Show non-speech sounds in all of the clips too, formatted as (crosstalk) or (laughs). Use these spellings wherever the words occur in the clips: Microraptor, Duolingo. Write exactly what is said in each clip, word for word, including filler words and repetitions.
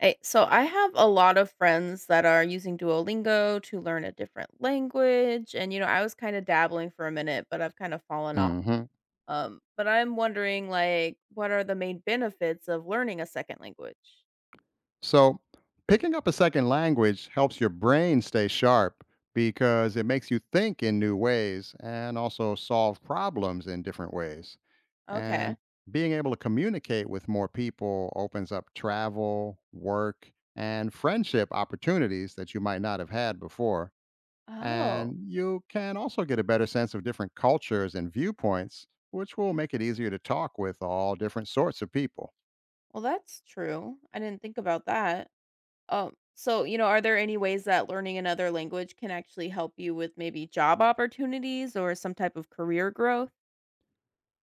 Hey, so I have a lot of friends that are using Duolingo to learn a different language. And, you know, I was kind of dabbling for a minute, but I've kind of fallen off. Hmm. Um, but I'm wondering, like, what are the main benefits of learning a second language? So, picking up a second language helps your brain stay sharp because it makes you think in new ways and also solve problems in different ways. And Okay. being able to communicate with more people opens up travel, work, and friendship opportunities that you might not have had before. Oh, And you can also get a better sense of different cultures and viewpoints, which will make it easier to talk with all different sorts of people. well, that's true. I didn't think about that. Um, so, you know, are there any ways that learning another language can actually help you with maybe job opportunities or some type of career growth?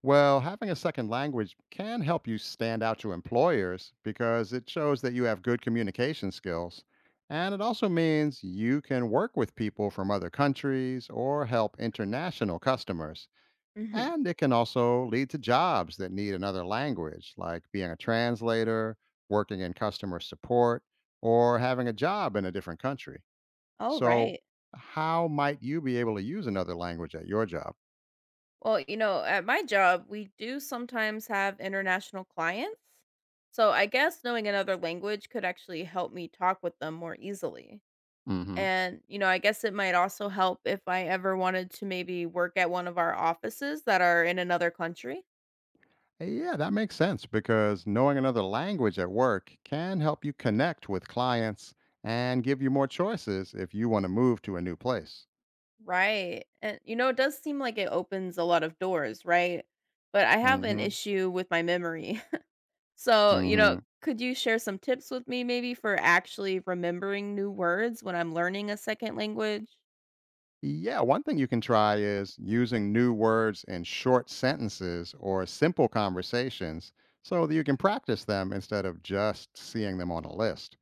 Well, having a second language can help you stand out to employers because it shows that you have good communication skills. And it also means you can work with people from other countries or help international customers. Mm-hmm. And it can also lead to jobs that need another language, like being a translator, working in customer support, or having a job in a different country. Oh, So, right. how might you be able to use another language at your job? Well, you know, at my job, we do sometimes have international clients. So I guess knowing another language could actually help me talk with them more easily. Hmm. And, you know, I guess it might also help if I ever wanted to maybe work at one of our offices that are in another country. Yeah, that makes sense because knowing another language at work can help you connect with clients and give you more choices if you want to move to a new place. Right. And, you know, it does seem like it opens a lot of doors, right? But I have an Hmm. issue with my memory. So, you know, Hmm. could you share some tips with me maybe for actually remembering new words when I'm learning a second language? Yeah, one thing you can try is using new words in short sentences or simple conversations so that you can practice them instead of just seeing them on a list.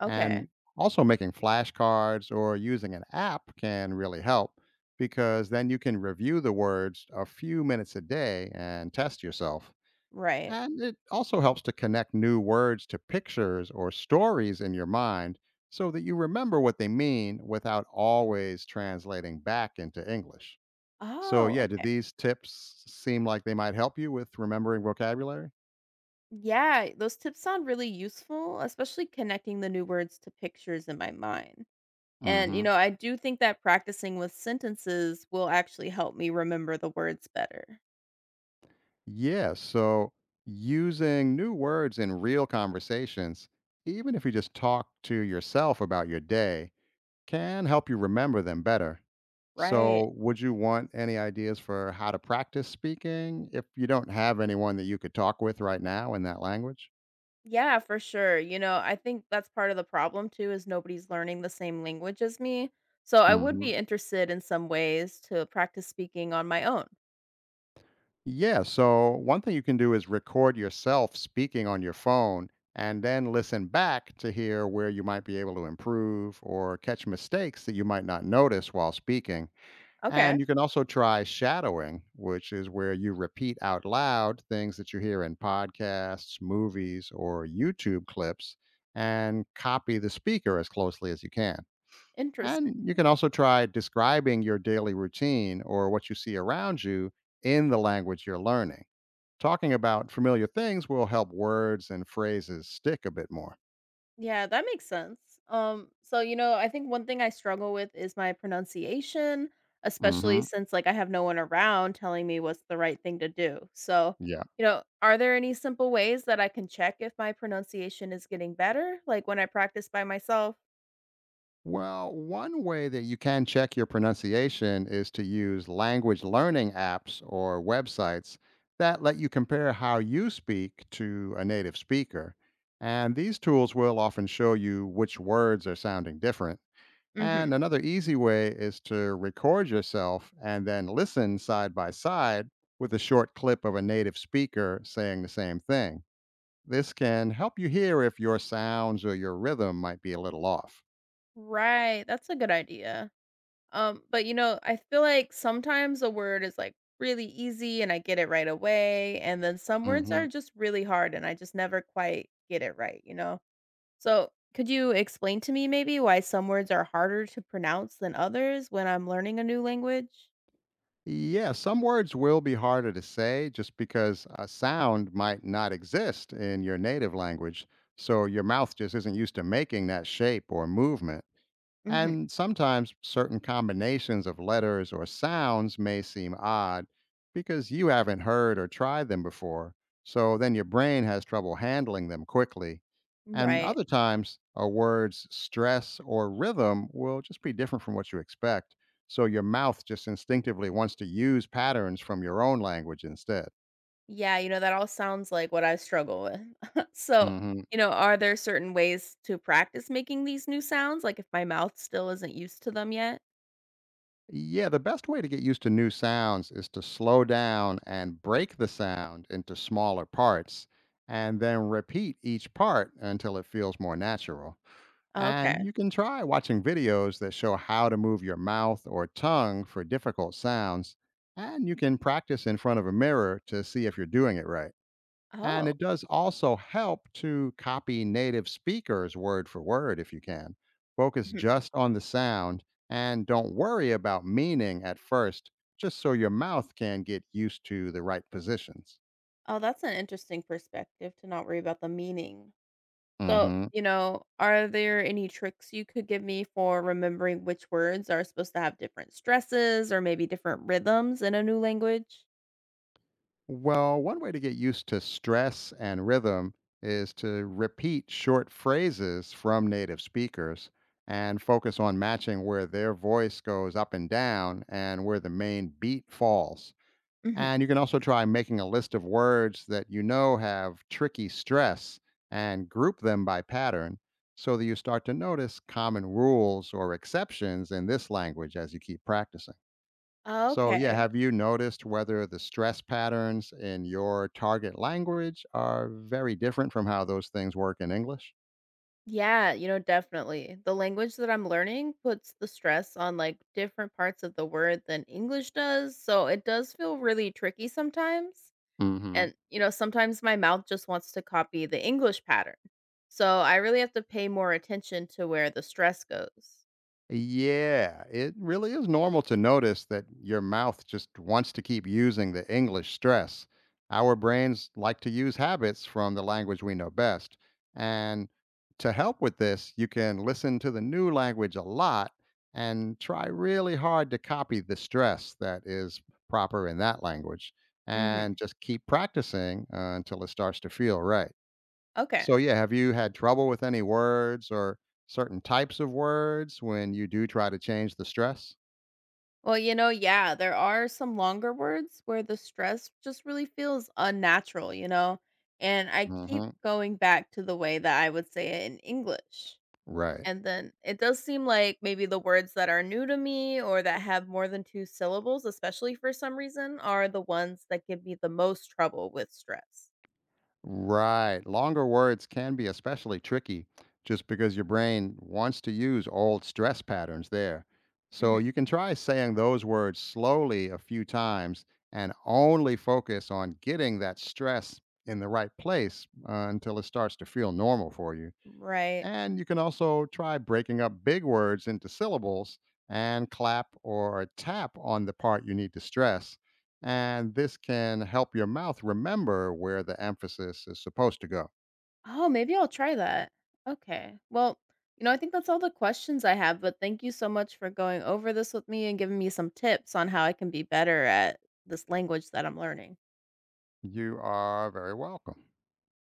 Okay. And also making flashcards or using an app can really help because then you can review the words a few minutes a day and test yourself. Right. And it also helps to connect new words to pictures or stories in your mind so that you remember what they mean without always translating back into English. So, Oh, yeah, do okay. these tips seem like they might help you with remembering vocabulary? Yeah, those tips sound really useful, especially connecting the new words to pictures in my mind. And, you Hmm. know, I do think that practicing with sentences will actually help me remember the words better. Yeah. So, using new words in real conversations, even if you just talk to yourself about your day, can help you remember them better. Right. So, would you want any ideas for how to practice speaking if you don't have anyone that you could talk with right now in that language? Yeah, for sure. You know, I think that's part of the problem too is nobody's learning the same language as me. So I would Hmm. be interested in some ways to practice speaking on my own. Yeah. So, one thing you can do is record yourself speaking on your phone and then listen back to hear where you might be able to improve or catch mistakes that you might not notice while speaking. Okay. And you can also try shadowing, which is where you repeat out loud things that you hear in podcasts, movies, or YouTube clips and copy the speaker as closely as you can. Interesting. And you can also try describing your daily routine or what you see around you in the language you're learning. Talking about familiar things will help words and phrases stick a bit more. Yeah, that makes sense. Um so you know, I think one thing I struggle with is my pronunciation, especially Hmm. since like I have no one around telling me what's the right thing to do. So, Yeah. you know, are there any simple ways that I can check if my pronunciation is getting better like when I practice by myself? Well, one way that you can check your pronunciation is to use language learning apps or websites that let you compare how you speak to a native speaker. And these tools will often show you which words are sounding different. And Mhm. another easy way is to record yourself and then listen side by side with a short clip of a native speaker saying the same thing. This can help you hear if your sounds or your rhythm might be a little off. Right, that's a good idea. Um, but you know, I feel like sometimes a word is like really easy and I get it right away, and then some words Mhm. are just really hard and I just never quite get it right, you know? So, could you explain to me maybe why some words are harder to pronounce than others when I'm learning a new language? Yeah, some words will be harder to say just because a sound might not exist in your native language, so your mouth just isn't used to making that shape or movement. Hmm. And sometimes certain combinations of letters or sounds may seem odd because you haven't heard or tried them before, so then your brain has trouble handling them quickly. And Right. other times, a word's stress or rhythm will just be different from what you expect, so your mouth just instinctively wants to use patterns from your own language instead. Yeah, you know, that all sounds like what I struggle with. (laughs) So, Hmm. you know, are there certain ways to practice making these new sounds? Like if my mouth still isn't used to them yet? Yeah, the best way to get used to new sounds is to slow down and break the sound into smaller parts and then repeat each part until it feels more natural. And Okay. you can try watching videos that show how to move your mouth or tongue for difficult sounds. And you can practice in front of a mirror to see if you're doing it right. And Oh. it does also help to copy native speakers word for word if you can. Focus Mhm. just on the sound and don't worry about meaning at first, just so your mouth can get used to the right positions. Oh, that's an interesting perspective to not worry about the meaning. So, Hmm. you know, are there any tricks you could give me for remembering which words are supposed to have different stresses or maybe different rhythms in a new language? Well, one way to get used to stress and rhythm is to repeat short phrases from native speakers and focus on matching where their voice goes up and down and where the main beat falls. And Hmm. you can also try making a list of words that you know have tricky stress and group them by pattern so that you start to notice common rules or exceptions in this language as you keep practicing. So, yeah, Okay. have you noticed whether the stress patterns in your target language are very different from how those things work in English? Yeah, you know, definitely. The language that I'm learning puts the stress on like different parts of the word than English does. So it does feel really tricky sometimes. Mm hmm. And, you know, sometimes my mouth just wants to copy the English pattern. So I really have to pay more attention to where the stress goes. Yeah, it really is normal to notice that your mouth just wants to keep using the English stress. Our brains like to use habits from the language we know best. And to help with this, you can listen to the new language a lot and try really hard to copy the stress that is proper in that language. Hmm. And just keep practicing uh, until it starts to feel right. Okay. So, yeah, have you had trouble with any words or certain types of words when you do try to change the stress? Well, you know, yeah, there are some longer words where the stress just really feels unnatural, you know? And I keep Hmm. going back to the way that I would say it in English. Right. And then it does seem like maybe the words that are new to me or that have more than two syllables, especially for some reason, are the ones that give me the most trouble with stress. Right. Longer words can be especially tricky just because your brain wants to use old stress patterns there. So, Mhm. you can try saying those words slowly a few times and only focus on getting that stress in the right place uh, until it starts to feel normal for you. Right. And you can also try breaking up big words into syllables and clap or tap on the part you need to stress. And this can help your mouth remember where the emphasis is supposed to go. Oh, maybe I'll try that. Okay. Well, you know, I think that's all the questions I have, but thank you so much for going over this with me and giving me some tips on how I can be better at this language that I'm learning. You are very welcome.